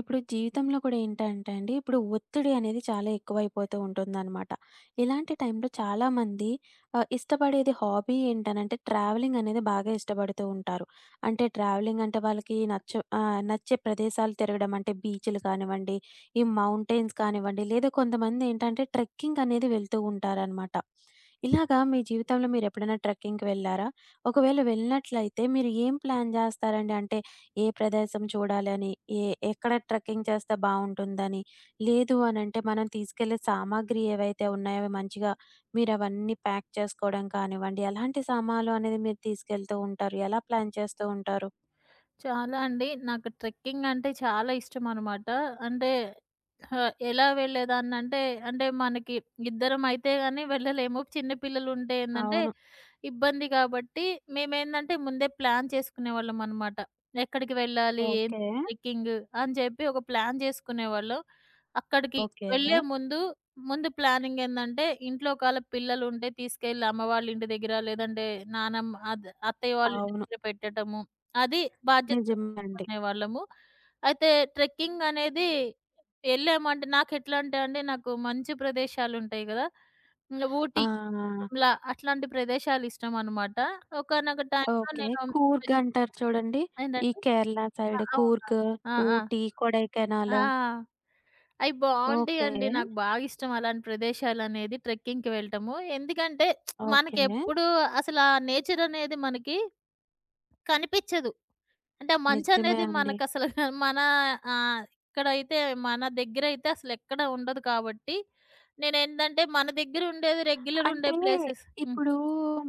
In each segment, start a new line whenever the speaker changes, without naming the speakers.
ఇప్పుడు జీవితంలో కూడా ఏంటంటే అండి, ఇప్పుడు ఒత్తిడి అనేది చాలా ఎక్కువైపోతూ ఉంటుందనమాట. ఇలాంటి టైంలో చాలామంది ఇష్టపడేది హాబీ ఏంటనంటే ట్రావెలింగ్ అనేది బాగా ఇష్టపడుతూ ఉంటారు. అంటే ట్రావెలింగ్ అంటే నచ్చే ప్రదేశాలు తిరగడం అంటే బీచ్‌లు కానివ్వండి, ఈ మౌంటైన్స్ కానివ్వండి, లేదా కొంతమంది ఏంటంటే ట్రెక్కింగ్ అనేది వెళ్తూ ఉంటారనమాట. ఇలాగా మీ జీవితంలో మీరెప్పుడైనా ట్రెక్కింగ్‌కి వెళ్లారా? ఒకవేళ వెళ్ళినట్లయితే మీరు ఏం ప్లాన్ జేస్తారండి? అంటే ఏ ప్రదేశం చూడాలని, ఏ ఎక్కడ ట్రెక్కింగ్ చేస్తే బావుంటుందని, లేదు అనంటే మనం తీసుకెళ్ళే సామాగ్రి ఏవైతే ఉన్నాయో అవి మంచిగా మీరవన్నీ ప్యాక్ చేసుకోవడం కానివ్వండి, ఎలాంటి సామాన్లు అనేది మీరు తీసుకెళ్తూ ఉంటారు? ఎలా ప్లాన్ చేస్తూ ఉంటారు?
చాలా అండి. నాకు ట్రెక్కింగ్ అంటే చాలా ఇష్టమనమాట. అంటే ఎలా వెళ్ళేదాన్నంటే, అంటే అంటే మనకి ఇద్దరమైతే గాని వెళ్ళలేము. చిన్న పిల్లలుంటే ఏందంటే,
అవును.
ఇబ్బంది గాబట్టి, మేమేందంటే ముందే ప్లాన్ చేసుకునేవాళ్ళమనమాట. ఎక్కడికి వెళ్ళాలి? ఏం
ఓకే.
ట్రెక్కింగ్ అని జెప్పి ఒక ప్లాన్ జేసుకునేవాళ్ళం. అక్కడికి
ఓకే.
వెళ్ళే ముందు, ముందు ప్లానింగ్ ఏందంటే, ఇంట్లో ఒకళ పిల్లలుంటే తీసుకెళ్ళి అమ్మ వాళ్ళ ఇంటి దగ్గర, లేదంటే నానమ్మ అత్తయ్య వాళ్ళ ఇంటి
అవును.
దగ్గర పెట్టటము. అది బాధ్యతగా
నిజమేనండి.
తీసుకునేవాళ్ళము. అయితే ట్రెక్కింగ్ అనేది వెళ్ళామంటే నాకెట్లా అంటే అండి, నాకు మంచు ప్రదేశాలుంటాయి గదా! హ్మ్. ఊటీ,
ఆ!
సిమ్లా అట్లాంటి ప్రదేశాలిష్టమనమాట. ఒకానొక టైమ్‌లో
ఓకే.
నేను
కూర్గ్ అంటారు చూడండి. ఈ
ఏంటండి?
కేరళ
ఆ,
సైడ్
అవును.
కూర్గ్,
ఆ! ఆ!
ఊటీ, కొడైకెనాల్.
ఆ! అయి
ఓకే.
బావుంటాయండి. నాకు బాగా ఇష్టం అలాంటి ప్రదేశాలనేది ట్రెక్కింగ్‌కి వెళ్ళటము. ఎందుకంటే
ఓకే.
మనకెప్పుడు అసలా నేచర్ అనేది మనకి కనిపిచ్చదు. అంటే ఆ
నిజమే
మంచనేది
అండి.
మనకసలు మన ఆహ్, ఇక్కడైతే మన దగ్గరైతే అసలెక్కడ ఉండదు కాబట్టి, నేనేంటంటే మన దగ్గరుండేది రెగ్యులర్ ఉండే
అంటే,
ప్లేసెస్. హ్మ్.
ఇప్పుడు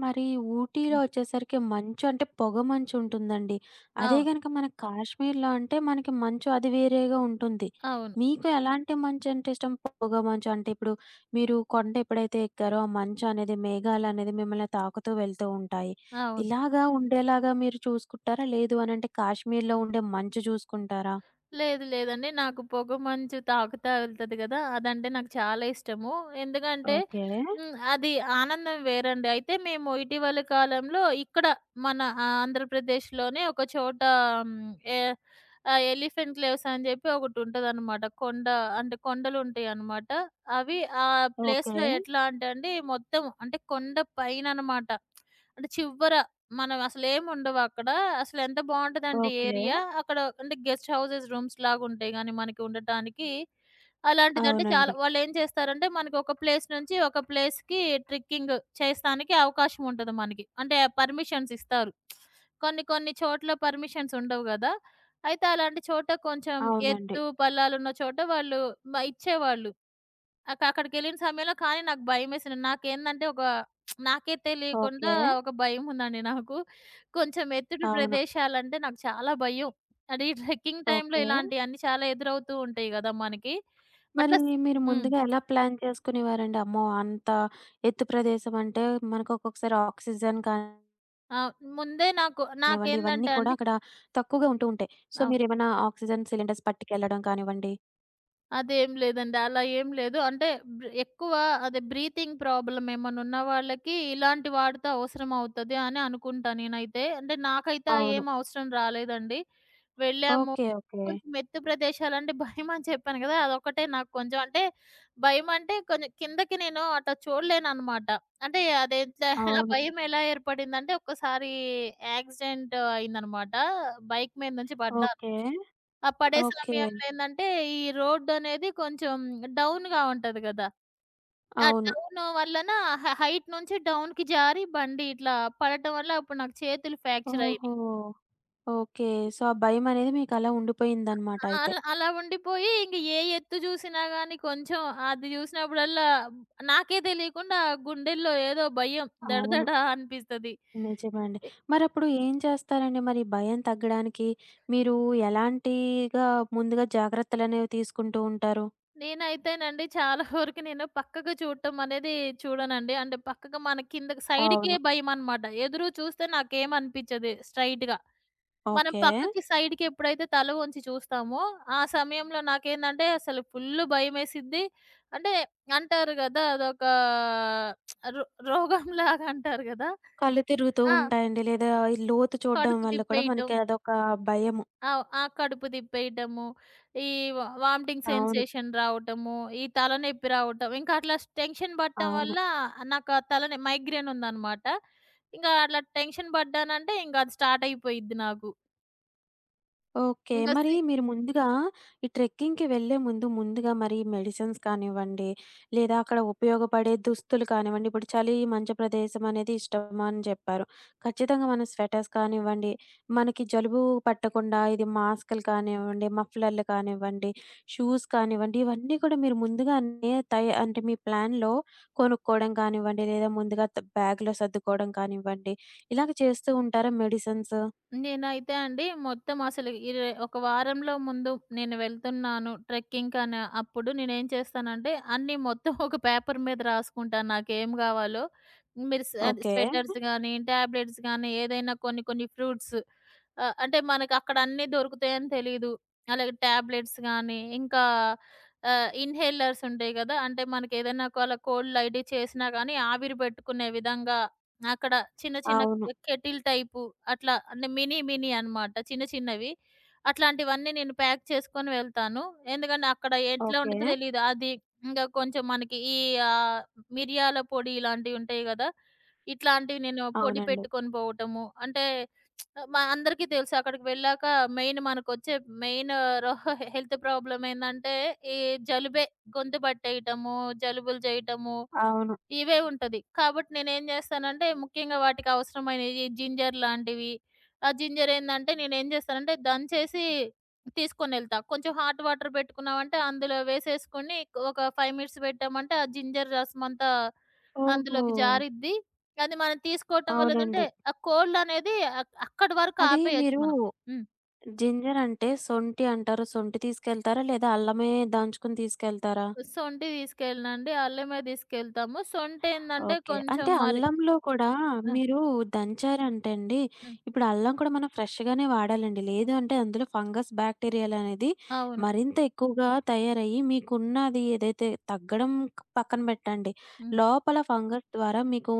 మరి ఊటీలో
హ్మ్.
వచ్చేసరికి మంచు అంటే పొగ మంచు ఉంటుందండి. అదే
అవును.
గనక మన కాశ్మీర్‌లో అంటే మనకి మంచు అది వేరేగా ఉంటుంది.
అవును.
మీకు ఎలాంటి మంచంటే ఇష్టం? పొగ మంచు అంటే ఇప్పుడు మీరు కొండ ఎప్పుడైతే ఎక్కారో ఆ మంచు అనేది మేఘాలనేది మిమ్మల్ని తాకుతూ వెళ్తూ ఉంటాయి.
అవును.
ఇలాగా ఉండేలాగా మీరు చూసుకుంటారా? లేదు అనంటే కాశ్మీర్‌లో ఉండే మంచు చూసుకుంటారా?
లేదు లేదండి. నాకు పొగమంచు తాకుతా వెళ్తది గదా! అదంటే నాకు చాలా ఇష్టము. ఎందుకంటే
ఓకే.
హ్మ్. అది ఆనందం వేరండి. అయితే మేము ఇటీవలి కాలంలో ఇక్కడ మన ఆంధ్రప్రదేశ్‌లోనే ఒక చోట. హ్మ్. ఎ ఎలిఫెంట్ క్లేవ్స్ అని జెప్పి ఒకటుంటదనమాట. కొండ అంటే కొండలుంటాయనమాట. అవి ఆ
ఓకే.
ప్లేస్‌లో ఎట్లా అంటే అండి మొత్తం అంటే కొండ పైననమాట. అంటే చివ్వర మనం అసలేముండవక్కడ. అసలెంత బావుంటదంటే
ఓకే.
ఏరియా. అక్కడ అంటే గెస్ట్ హౌసెస్, రూమ్స్ లాగుంటాయి గానీ మనకి ఉండటానికి. అలాంటిదంటే చాలా
అవునండి.
వాళ్ళేం చేస్తారంటే మనకొక ప్లేస్ నుంచి ఒక ప్లేస్‌కి ట్రెక్కింగ్ చేస్తానికి అవకాశం ఉంటది మనకి. అంటే పర్మిషన్స్ ఇస్తారు. కొన్ని కొన్ని చోట్ల పర్మిషన్స్ ఉండవు గదా! అయితే అలాంటి చోట కొంచెం
అవునండి.
ఎత్తు, పల్లాలున్న చోట వాళ్ళు ఇచ్చేవాళ్ళు. అక్కడికెళ్ళిన సమయంలో కానీ నాకు భయమేసింది. నాకేందంటే ఒక నాకే తెలియకుండా
ఓకే.
ఒక భయముందండి నాకు. కొంచెం ఎత్తుడు
అవును.
ప్రదేశాలంటే నాకు చాలా భయం. అంటే ఈ ట్రెక్కింగ్ టైమ్‌లో
ఓకే.
ఇలాంటియన్నీ చాలా ఎదురవుతూ ఉంటాయి గదా! మనకి.
మరి
అట్లా స్
మీరు
హ్మ్.
ముందుగా ఎలా ప్లాన్ చేసుకునేవారండి? అమ్మో! అంత ఎత్తు ప్రదేశం అంటే మనకు ఒక్కొక్కసారి ఆక్సిజన్ కానివ్వండి,
ఆహ్, ముందే నాకు
ఇవన్నీ
నాకేందంటే
కూడా
అండి
అక్కడ తక్కువగా ఉంటూ ఉంటాయి. సో,
ఆ!
మీరేమైనా ఆక్సిజన్ సిలిండర్స్ పట్టుకెళ్ళడం కానివ్వండి
అదేం లేదండి. అలా ఏం లేదు. అంటే ఎక్కువ అదే బ్రీతింగ్ ప్రాబ్లమ్ ఏమన్నున్న వాళ్ళకి ఇలాంటి వాడితే అవసరం అవుతది అని అనుకుంటా నేనైతే. అంటే నాకైతే ఆ
అవును.
ఏం అవసరం రాలేదండి. వెళ్ళాము.
ఓకే. ఓకే.
కొంచెం ఎత్తు ప్రదేశాలంటే భయమని చెప్పాను గదా! అదొక్కటే నాకు కొంచెం అంటే భయమంటే, కొంచెం కిందకి నేను అట్లా చూడలేననమాట. అంటే అదే ఇట్లా ఆ
అవును.
భయం ఎలా ఏర్పడిందంటే ఒక్కసారి యాక్సిడెంట్ అయిందనమాట. బైక్ మీద నుంచి పడ్డా.
ఓకే.
ఆ పడే
ఓకే.
సమయంలో ఏందంటే, ఈ రోడ్డనేది కొంచెం డౌన్‌గా ఉంటది గదా! ఆ
అవును.
డౌను వల్లన హైట్ నుంచి డౌన్‌కి జారి బండి ఇట్లా పడటం వల్ల అప్పుడు నాకు చేతులు ఫ్రాక్చర్ అయినాయి.
ఓహో! ఓకే. సో, ఆ భయమనేది మీకలా ఉండిపోయిందనమాట
ఆ!
అయితే.
అలా ఉండిపోయి ఇంక ఏ ఎత్తు జూసినా గానీ కొంచెం అది జూసినప్పుడల్లా నాకే తెలియకుండా గుండెల్లో ఏదో భయం
అవును.
దడదడ అనిపిస్తది.
నిజమే అండి. మరప్పుడు ఏం చేస్తారండి? మరి భయం తగ్గడానికి మీరు ఎలాంటిగా ముందుగా జాగ్రత్తలనేవి తీసుకుంటూ ఉంటారు?
నేనైతేనండి చాలా వరకు నేను పక్కకు చూడటం అనేది చూడనండి. అంటే పక్కకు మన కిందకి సైడ్‌కే
అవును.
భయమనమాట. ఎదురు చూస్తే నాకేమనిపిచ్చదు స్ట్రెయిట్‌గా. మనం
ఓకే.
పక్కకి సైడ్‌కి ఎప్పుడైతే తల వంచి చూస్తామో, ఆ సమయంలో నాకేందంటే అసలు ఫుల్లు భయమేసిద్ది. అంటే అంటారు గదా! అదొక రో రోగంలాగా అంటారు గదా!
కళ్ళు తిరుగుతూ
ఆ!
ఉంటాయండి. లేదా ఈ లోతు చూడడం
కడుపు
వల్ల కూడా
తిప్పేయటం.
మనకి అదొక భయము.
ఆ! ఆ కడుపు తిప్పేయటము, ఈ వామిటింగ్
అవును.
సెన్సేషన్ రావటము, ఈ తలనొప్పి రావటం, ఇంకా అట్లా స్ టెన్షన్ పడటం
అవును.
వల్ల నాకు ఆ తలనే మైగ్రేన్ ఉందనమాట. ఇంక అట్లా టెన్షన్ పడ్డానంటే ఇంక అది స్టార్ట్ అయిపోయిద్ది నాకు.
ఓకే.
ఇంక
మరి
సి
మీరు ముందుగా ఈ ట్రెక్కింగ్‌కి వెళ్ళే ముందు, ముందుగా మరి మెడిసిన్స్ కానివ్వండి, లేదా అక్కడ ఉపయోగపడే దుస్తులు కానివ్వండి, ఇప్పుడు చలి, మంచు ప్రదేశం అనేది ఇష్టం అని చెప్పారు. ఖచ్చితంగా మనం స్వెటర్స్ కానివ్వండి, మనకి జలుబు పట్టకుండా ఇది మాస్కులు కానివ్వండి, మఫ్లర్‌లు కానివ్వండి, షూస్ కానివ్వండి, ఇవన్నీ కూడా మీరు ముందుగానే తయా అంటే మీ ప్లాన్‌లో కొనుక్కోవడం కానివ్వండి, లేదా ముందుగా బ్యాగ్‌లో సర్దుకోవడం కానివ్వండి, ఇలాగ చేస్తూ ఉంటారా మెడిసిన్స్?
నేనైతే అండి మొత్తం అసలు 21 వారంలో ముందు నేను వెళ్తున్నాను ట్రెక్కింగ్ అని అప్పుడు నేనేం చేస్తానంటే అన్నీ మొత్తం ఒక పేపర్ మీద రాసుకుంటాను నాకేం కావాలో. మీరు అది
ఓకే.
స్వెటర్స్ గానీ, టాబ్లెట్స్ గానీ, ఏదైనా కొన్ని కొన్ని ఫ్రూట్స్. అంటే మనకక్కడ అన్నీ దొరుకుతాయని తెలీదు. అలాగే టాబ్లెట్స్ గానీ, ఇంకా ఇన్‌హేలర్స్ ఉంటాయి గదా! అంటే మనకేదైనా ఒకవేళ కోల్డ్ ఐడీ చేసినా గానీ ఆవిరి పెట్టుకునే విధంగా అక్కడ చిన్న చిన్న
అవును.
కెటిల్ టైపు అట్లా, అంటే మినీ మినీ అన్నమాట. చిన్న చిన్నవి. అట్లాంటివన్నీ నేను ప్యాక్ చేసుకొని వెళ్తాను. ఎందుకంటే అక్కడ ఎట్లా
ఓకే.
ఉంటదో తెలీదు. అది ఇంగా కొంచెం మనకి ఈ ఆహ్, మిరియాల పొడి ఇలాంటివి ఉంటాయి గదా! ఇట్లాంటివి నేను పొడి
అవునండి.
పెట్టుకొని పోవటము. అంటే మా అందరికీ తెలుసు అక్కడికి వెళ్ళాక మెయిన్ మనకొచ్చే మెయిన్ రొహ హెల్త్ ప్రాబ్లమ్ ఏందంటే, ఈ జలుబే. గొంతు పట్టేయటము, జలుబులు జేయటము.
అవును.
ఇవే ఉంటది. కాబట్టి నేనేం జేస్తానంటే, ముఖ్యంగా వాటికి అవసరమైనయి జింజర్ లాంటివి. ఆ జింజర్ ఏందంటే నేనేం జేస్తానంటే, దంచేసి తీసుకొనెళ్తా. కొంచెం హాట్ వాటర్ పెట్టుకున్నామంటే, అందులో వేసేసుకొని ఒక 5 మినిట్స్ పెట్టామంటే, ఆ జింజర్ రసమంతా
ఓహో!
అందులోకి జారిద్ది. అది మనం తీసుకోవటం వల్ల ఏందంటే,
అవునండి.
ఆ కోల్డ్ అనేది అక్కడి వరకు
అది
ఆపేయొచ్చు
మీరు
మనం. హ్మ్.
జింజర్ అంటే సొంటి అంటారు. సొంటి తీసుకెళ్తారా? లేదా అల్లమే దంచుకొని తీసుకెళ్తారా?
సొంటి తీసుకెళ్ళనండి. అల్లమే తీసుకెళ్తాము. సొంటేందంటే
ఓకే.
కొంచెం
అంటే
మరి
అల్లంలో కూడా
ఆ!
మీరు దంచారంటే అండి,
హ్మ్.
ఇప్పుడు అల్లం కూడా మనం ఫ్రెష్‌గానే వాడాలండి. లేదు అంటే అందులో ఫంగస్, బ్యాక్టీరియాలనేది
అవును.
మరింత ఎక్కువగా తయారయ్యి మీకున్నది ఏదైతే తగ్గడం పక్కన పెట్టండి.
హ్మ్.
లోపల ఫంగస్ ద్వారా మీకు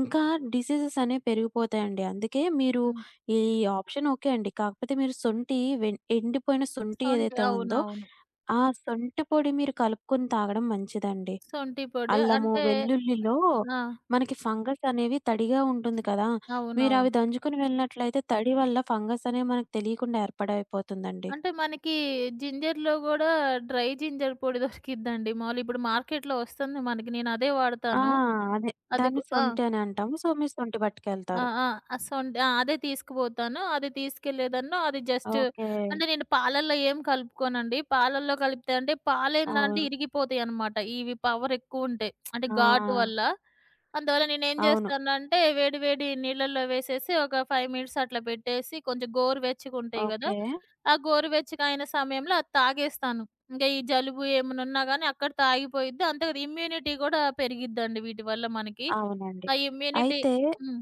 ఇంకా డిసీజెస్ అనేవి పెరిగిపోతాయండి. అందుకే మీరు
హ్మ్.
ఈ ఆప్షన్ ఓకే అండి. కాకపోతే మీరు శొంఠి వెన్ ఎండిపోయిన శొంఠి
సొంటి,
ఏదైతే ఉందో,
అవునవును.
ఆ శొంఠి పొడి మీరు కలుపుకొని తాగడం మంచిదండి.
సొంటి పొడి
అల్లము,
అంటే
వెల్లుల్లిలో
ఆ!
మనకి ఫంగస్ అనేవి తడిగా ఉంటుంది కదా!
అవునవును.
మీరవి దంచుకొని వెళ్ళినట్లయితే తడి వల్ల ఫంగస్ అనేవి మనకు తెలియకుండా ఏర్పాడైపోతుందండి.
అంటే మనకి జింజర్‌లో గూడా డ్రై జింజర్ పొడి దొరికిద్దండి. మామూలుగా ఇప్పుడు మార్కెట్‌లో వస్తుంది మనకి. నేనదే
ఆ!
వాడతాను.
అదే.
అది
దాన్ని
గు ఆ!
సొంటి అని అంటాము. సో, మీరు సొంటి
ఆ!
పట్టుకెళ్తారు.
ఆ! ఆ! ఆ! అదే తీసుకుపోతాను. అది తీసుకెళ్ళేదాన్నో అది జస్ట్
ఓకే.
అంటే నేను పాలల్లో ఏం కలుపుకోనండి. పాలల్లో కలిపితే అంటే పాలేందంటే
అవును.
ఇరిగిపోతాయనమాట. ఇవి పవర్ ఎక్కువుంటాయి. అంటే
ఆ!
ఘాటు వల్ల. అందువల్ల నేనేం
అవును.
చేస్తానంటే వేడి వేడి నీళ్ళల్లో వేసేసి ఒక 5 మినిట్స్ అట్లా పెట్టేసి కొంచెం గోరువెచ్చగుంటాయి గదా!
ఓకే.
ఆ గోరువెచ్చగయిన సమయంలో అది తాగేస్తాను. ఇంక ఈ జలుబు ఏమన్నా ఉన్నా గానీ అక్కడ తాగిపోయిద్ది. అంతే కాదు ఇమ్యూనిటీ గూడా పెరిగిద్దండి వీటి వల్ల మనకి.
అవునండి.
ఆ ఇమ్యూనిటీ.
అయితే
హ్మ్.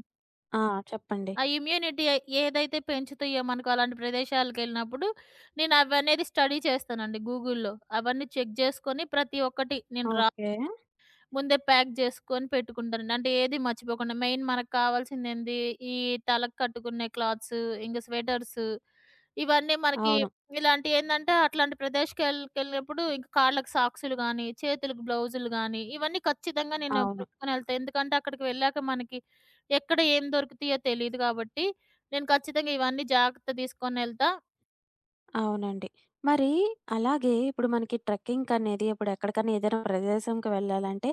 ఆ! చెప్పండి.
ఆ ఇమ్యూనిటీ ఏదైతే పెంచుతాయో మనకు అలాంటి ప్రదేశాలకెళ్ళినప్పుడు, నేను అవనేది స్టడీ చేస్తానండి గూగుల్‌లో. అవన్నీ చెక్ జేసుకొని ప్రతి ఒక్కటి నేను
ఓకే.
ముందే ప్యాక్ చేసుకొని పెట్టుకుంటానండి. అంటే ఏది మర్చిపోకుండా మెయిన్ మనకు కావాల్సిందేంది, ఈ తలకు కట్టుకునే క్లాత్స్, ఇంక స్వెటర్స్ ఇవన్నీ మనకి
అవును.
ఇలాంటియేందంటే అట్లాంటి ప్రదేశ్‌కెళ్ళకెళ్ళినప్పుడు ఇంక కాళ్ళకి సాక్సులు గానీ, చేతులకు బ్లౌజులు గానీ, ఇవన్నీ ఖచ్చితంగా నేను
అవును.
పట్టుకొనెళ్తా. ఎందుకంటే అక్కడికి వెళ్ళాక మనకి ఎక్కడ ఏం దొరుకుతాయో తెలీదు గాబట్టి, నేను ఖచ్చితంగా ఇవన్నీ జాగ్రత్త తీసుకొనెళ్తా.
అవునండి. మరి అలాగే ఇప్పుడు మనకి ట్రెక్కింగనేది ఇప్పుడు ఎక్కడికన్నా ఏదైనా ప్రదేశంకి వెళ్ళాలంటే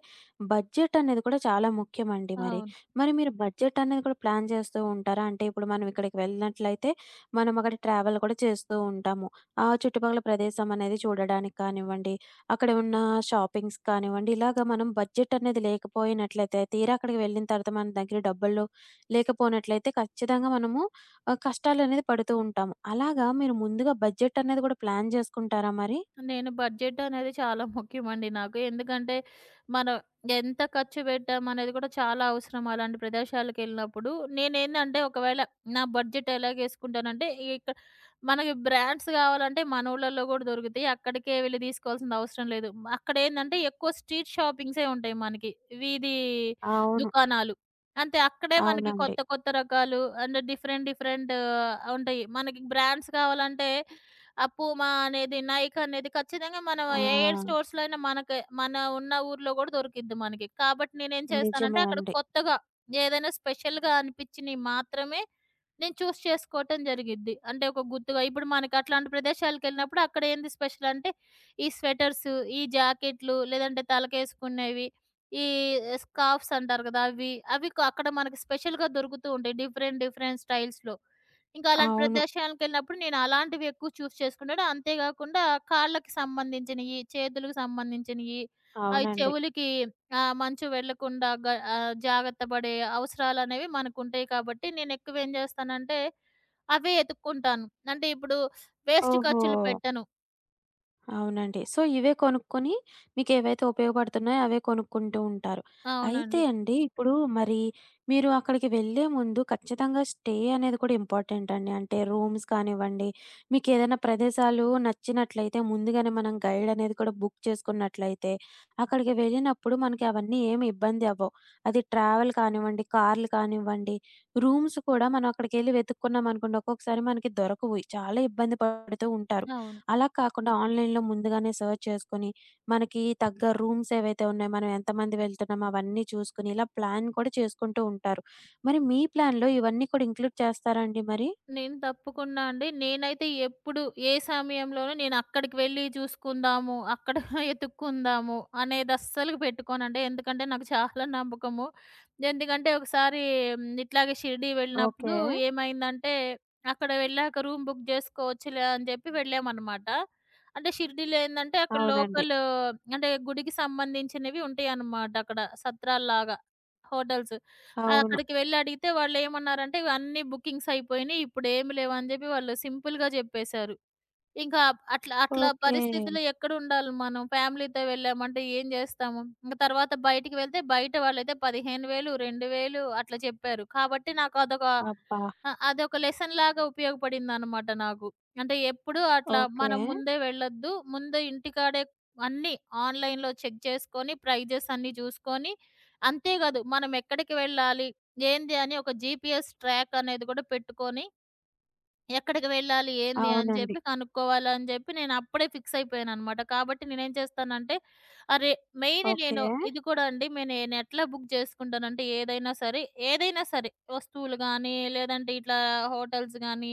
బడ్జెట్ అనేది కూడా చాలా ముఖ్యమండి మరి.
అవును.
మరి మీరు బడ్జెట్ అనేది కూడా ప్లాన్ చేస్తూ ఉంటారా? అంటే ఇప్పుడు మనం ఇక్కడికి వెళ్ళినట్లయితే మనం అక్కడ ట్రావెల్ కూడా చేస్తూ ఉంటాము. ఆ చుట్టుపక్కల ప్రదేశం అనేది చూడడానికి కానివ్వండి, అక్కడ ఉన్న షాపింగ్స్ కానివ్వండి, ఇలాగ మనం బడ్జెట్ అనేది లేకపోయినట్లయితే తీరా అక్కడికి వెళ్ళిన తర్వాత మన దగ్గర డబ్బులు లేకపోయినట్లయితే ఖచ్చితంగా మనము కష్టాలనేది పడుతూ ఉంటాము. అలాగా మీరు ముందుగా బడ్జెట్ అనేది కూడా ప్లాన్ జేసుకుంటారా మరి?
నేను బడ్జెట్ అనేది చాలా ముఖ్యమండి నాకు. ఎందుకంటే, మనం ఎంత ఖర్చు పెట్టామనేది కూడా చాలా అవసరం అలాంటి ప్రదేశాలకెళ్ళినప్పుడు. నేనేందంటే, ఒకవేళ నా బడ్జెట్ ఎలాగేసుకుంటానంటే, ఇక మనకి బ్రాండ్స్ కావాలంటే మన ఊర్లలో కూడా దొరుకుతాయి. అక్కడికే వెళ్లి తీసుకోవాల్సిన అవసరం లేదు. అక్కడేందంటే, ఎక్కువ స్ట్రీట్ షాపింగ్సే ఉంటాయి మనకి. వీధి
అవును.
దుకాణాలు. అంతే అక్కడే మనకి
అవునండి.
కొత్త కొత్త రకాలు అండ్ డిఫరెంట్ డిఫరెంట్ ఉంటాయి. మనకి బ్రాండ్స్ కావాలంటే ఆ పూమా అనేది, నైక్ అనేది ఖచ్చితంగా మనం ఏ
ఆ!
స్టోర్స్‌లో అయినా మనకి మన ఉన్న ఊర్లో గూడా దొరికిద్ది మనకి. కాబట్టి నేనేం చేస్తానంటే
నిజమే
అక్కడ
అండి.
కొత్తగా ఏదైనా స్పెషల్‌గా అనిపించినయి మాత్రమే నేను చేసుకోవటం జరిగిద్ది. అంటే ఒక గుర్తుగా ఇప్పుడు మనకి అట్లాంటి ప్రదేశాలకెళ్ళినప్పుడు అక్కడ ఏంది స్పెషల్ అంటే ఈ స్వెటర్స్, ఈ జాకెట్లు లేదంటే తలకేసుకునేవి, ఈ స్కార్ఫ్స్ అంటారు గదా! అవి అవి అక్కడ మనకి స్పెషల్‌గా దొరుకుతూ ఉంటాయి. డిఫరెంట్ డిఫరెంట్ స్టైల్స్‌లో. ఇంకా అలాంటి
అవును.
ప్రదేశాలకెళ్ళినప్పుడు నేను అలాంటివి ఎక్కువ చేసుకుంటాను. అంతే గాకుండా కాళ్ళకి సంబంధించినియి, చేతులకు సంబంధించినియి,
అవునండి.
చెవులకి మంచు వెళ్ళకుండా జాగ్రత్త పడే అవసరాలనేవి మనకుంటాయి కాబట్టి, నేనెక్కువ ఏం జేస్తానంటే, అవే ఎతుక్కుంటాను. అంటే ఇప్పుడు వేస్ట్
ఓహో!
ఖర్చులు పెట్టను.
అవునండి. సో, ఇవే కొనుక్కొని మీకేవైతే ఉపయోగపడుతున్నాయో అవే కొనుక్కుంటూ ఉంటారు. అయితే
అవునండి.
అండి ఇప్పుడు మరి మీరు అక్కడికి వెళ్ళే ముందు ఖచ్చితంగా స్టే అనేది కూడా ఇంపార్టెంట్ అండి. అంటే రూమ్స్ కానివ్వండి, మీకేదైనా ప్రదేశాలు నచ్చినట్లయితే ముందుగానే మనం గైడ్ అనేది కూడా బుక్ చేసుకున్నట్లయితే, అక్కడికి వెళ్ళినప్పుడు మనకి అవన్నీ ఏమి ఇబ్బంది అవ్వవు. అది ట్రావెల్ కానివ్వండి, కార్లు కానివ్వండి, రూమ్స్ కూడా మనం అక్కడికెళ్ళి వెతుక్కున్నామనుకోండి ఒక్కొక్కసారి మనకి దొరకవు. చాలా ఇబ్బంది పడుతూ ఉంటారు.
అవును.
అలా కాకుండా ఆన్‌లైన్‌లో ముందుగానే సెర్చ్ చేసుకొని, మనకి తగ్గ రూమ్స్ ఏవైతే ఉన్నాయో, మనం ఎంతమంది వెళ్తున్నామో అవన్నీ చూసుకొని, ఇలా ప్లాన్ కూడా చేసుకుంటూ ఉంటారు. మరి మీ ప్లాన్‌లో ఇవన్నీ కూడా ఇంక్లూడ్ చేస్తారా అండి మరి?
నేను తప్పకుండా అండి. నేనైతే ఎప్పుడు, ఏ సమయంలోనూ నేను అక్కడికి వెళ్లి చూసుకుందాము, అక్కడ ఎతుక్కుందాము అనేది అస్సలు పెట్టుకోనండి. ఎందుకంటే నాకు చాలా నమ్మకము. ఎందుకంటే ఒకసారి హ్మ్, ఇట్లాగే షిరిడీ
ఓకే.
వెళ్ళినప్పుడు ఏమైందంటే, అక్కడ వెళ్ళాక రూమ్ బుక్ జేసుకోవచ్చులే అని చెప్పి వెళ్ళామనమాట. అంటే షిరిడీలో ఏందంటే అక్కడ
అవునండి.
లోకల్ అంటే గుడికి సంబంధించినవి ఉంటాయన్నమాట అక్కడ సత్రాల్లాగా హోటల్స్.
అవును.
అక్కడికి వెళ్లి అడిగితే వాళ్ళేమన్నారంటే, "ఇవన్నీ బుకింగ్స్ అయిపోయినియి. ఇప్పుడేమి లేవు" అని జెప్పి వాళ్ళు సింపుల్‌గా జెప్పేశారు. ఇంకా అట్లా అట్లా
ఓకే.
పరిస్థితిలో ఎక్కడుండాలి మనం? ఫ్యామిలీతో వెళ్ళామంటే ఏం జేస్తాము? ఇంక తర్వాత బయటికి వెళ్తే బయట వాళ్ళైతే 15,000, 2,000 అట్లా చెప్పారు. కాబట్టి నాకు అదొక
అబ్బా!
అదొక లెసన్‌లాగా ఉపయోగపడిందనమాట నాకు. అంటే ఎప్పుడూ అట్లా
ఓకే.
మనం ముందే వెళ్ళొద్దు. ముందే ఇంటికాడే అన్నీ ఆన్‌లైన్‌లో చెక్ చేసుకొని, ప్రైజెస్ అన్నీ జూసుకొని, అంతేగాదు మనం ఎక్కడికి వెళ్ళాలి? ఏంది అని ఒక జీపీఎస్ ట్రాక్ అనేది గూడా పెట్టుకొని ఎక్కడికి వెళ్ళాలి? ఏంది? అని
అవునండి.
జెప్పి కనుక్కోవాలని జెప్పి నేనప్పుడే ఫిక్స్ అయిపోయాననమాట. కాబట్టి నేనేం చేస్తానంటే అరే! Main
okay.
నేను ఇది కూడా అండి నేనెట్లా బుక్ జేసుకుంటానంటే ఏదైనా సరే, ఏదైనా సరే వస్తువులు గానీ, లేదంటే ఇట్లా హోటల్స్ గానీ,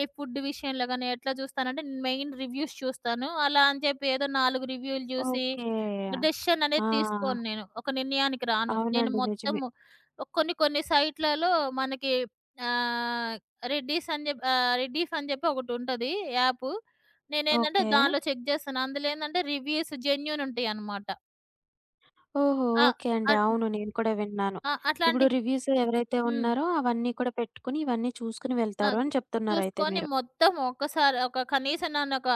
ఈ ఫుడ్ విషయంలో గానీ ఎట్లా జూస్తానంటే మెయిన్ రివ్యూస్ చూస్తాను. అలా అని చెప్పి ఏదో 4 రివ్యూలు జూసి
ఓకే.
డెసిషన్
ఆ!
అనేది తీసుకోను నేను. ఒక నిర్ణయానికి రాను. నేను
అవునండి. నిజమే.
మొత్తము కొన్ని కొన్ని సైట్‌లలో మనకి ఆహ్, రెడ్డీస్ అని జెప్ ఆహ్, రెడ్డీఫ్ అని జెప్పి ఒకటుంటది యాపు. నేనేందంటే
ఓకే.
దానిలో చెక్ జేస్తాను. అందులో ఏందంటే రివ్యూస్ జెన్యూన్ ఉంటాయనమాట.
ఓహో!
ఆ!
ఓకే అండి.
అట్
అవును. నేను కూడా విన్నాను.
ఆ!
ఇప్పుడు
అట్లాంటి
రివ్యూస్ ఎవరైతే
హ్మ్.
ఉన్నారో అవన్నీ కూడా పెట్టుకొని, ఇవన్నీ చూసుకొని
ఆ!
వెళ్తారు అని చెప్తున్నారైతే
చూసుకొని
మీరు.
మొత్తం ఒక్కసారి ఒక కనీసం నన్నొక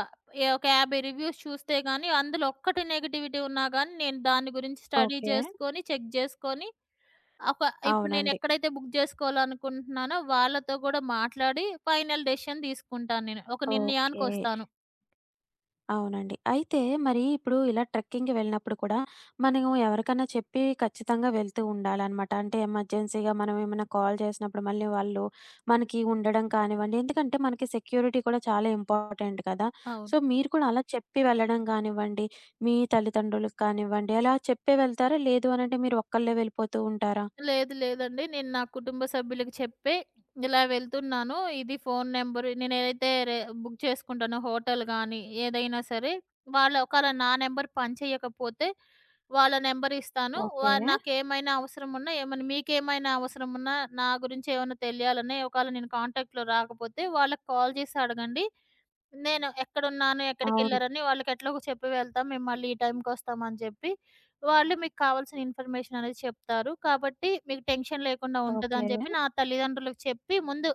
ఏ ఒక 50 రివ్యూస్ చూస్తే గాని అందులో ఒక్కటి నెగటివిటీ ఉన్నా గాని నేను దాని గురించి స్టడీ
ఓకే.
జేసుకొని, చెక్ జేసుకొని ఒక ఇప్పుడు
అవునండి.
నేనెక్కడైతే బుక్ జేసుకోవాలనుకుంటున్నానో వాళ్ళతో గూడా మాట్లాడి ఫైనల్ డెసిషన్ తీసుకుంటాను నేను. ఒక
ఓకే.
నిర్ణయానికొస్తాను.
అవునండి. అయితే మరి ఇప్పుడు ఇలా ట్రెక్కింగ్‌కి వెళ్ళినప్పుడు కూడా మనము ఎవరికన్నా చెప్పి ఖచ్చితంగా వెళ్తూ ఉండాలనమాట. అంటే ఎమర్జెన్సీగా మనం ఏమైనా కాల్ చేసినప్పుడు మళ్ళీ వాళ్ళు మనకి ఉండడం కానివ్వండి, ఎందుకంటే మనకి సెక్యూరిటీ కూడా చాలా ఇంపార్టెంట్ కదా! సో,
అవును.
మీరు కూడా అలా చెప్పి వెళ్ళడం కానివ్వండి, మీ తల్లిదండ్రులకు కానివ్వండి, అలా చెప్పే వెళ్తారా? లేదు అనంటే మీరు ఒక్కళ్ళే వెళ్ళిపోతూ ఉంటారా?
లేదు లేదండి. నేను నా కుటుంబ సభ్యులకి చెప్పి, ఇలా వెళ్తున్నాను. ఇది ఫోను నంబరు నేనేదైతే బుక్ చేసుకుంటానో హోటల్ గానీ, ఏదైనా సరే, వాళ్ళ ఒకవేళ నా నంబర్ పనిచేయకపోతే, వాళ్ళ నంబర్ ఇస్తాను.
ఓకే.
నాకేమైనా అవసరమున్నా, ఏమన్నా మీకేమైనా అవసరమున్నా, నా గురించి ఏమన్నా తెలియాలన్నా, ఒకవేళ నేను కాంటాక్ట్‌లో రాకపోతే వాళ్ళకి కాల్ చేసి అడగండి. నేను ఎక్కడున్నాను,
అవును.
ఎక్కడికెళ్లారని వాళ్ళకెట్లాగో చెప్పి వెళ్తాం. మేము మళ్ళీ ఈ టైంకొస్తాం అని జెప్పి, వాళ్ళు మీకు కావాల్సిన ఇన్ఫర్మేషన్ అనేది చెప్తారు. కాబట్టి మీకు టెన్షన్ లేకుండా
ఓకే.
ఉంటదని జెప్పి నా తల్లిదండ్రులకు చెప్పి ముందు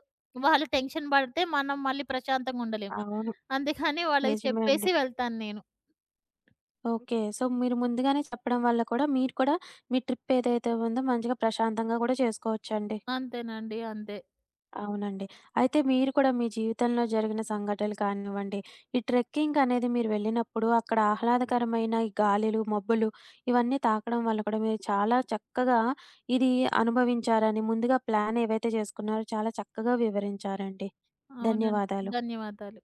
వాళ్ళు టెన్షన్ బడితే మనం మళ్ళీ ప్రశాంతంగా ఉండలేం.
అవును.
అందుకని వాళ్ళకి
నిజమే అండి.
చెప్పేసి వెళ్తాను నేను.
ఓకే. సో, మీరు ముందుగానే చెప్పడం వల్ల కూడా మీరు కూడా మీ ట్రిప్ ఏదైతే ఉందో మంచిగా ప్రశాంతంగా కూడా చేసుకోవచ్చండి.
అంతేనండి. అంతే.
అవునండి. అయితే మీరు కూడా మీ జీవితంలో జరిగిన సంఘటనలు కానివ్వండి, ఈ ట్రెక్కింగ్ అనేది మీరు వెళ్ళినప్పుడు అక్కడ ఆహ్లాదకరమైన ఈ గాలులు, మబ్బులు ఇవన్నీ తాకడం వల్ల కూడా మీరు చాలా చక్కగా ఇది అనుభవించారని ముందుగా ప్లాన్ ఏవైతే చేసుకున్నారో చాలా చక్కగా వివరించారండి.
అవునండి.
ధన్యవాదాలు.
ధన్యవాదాలు.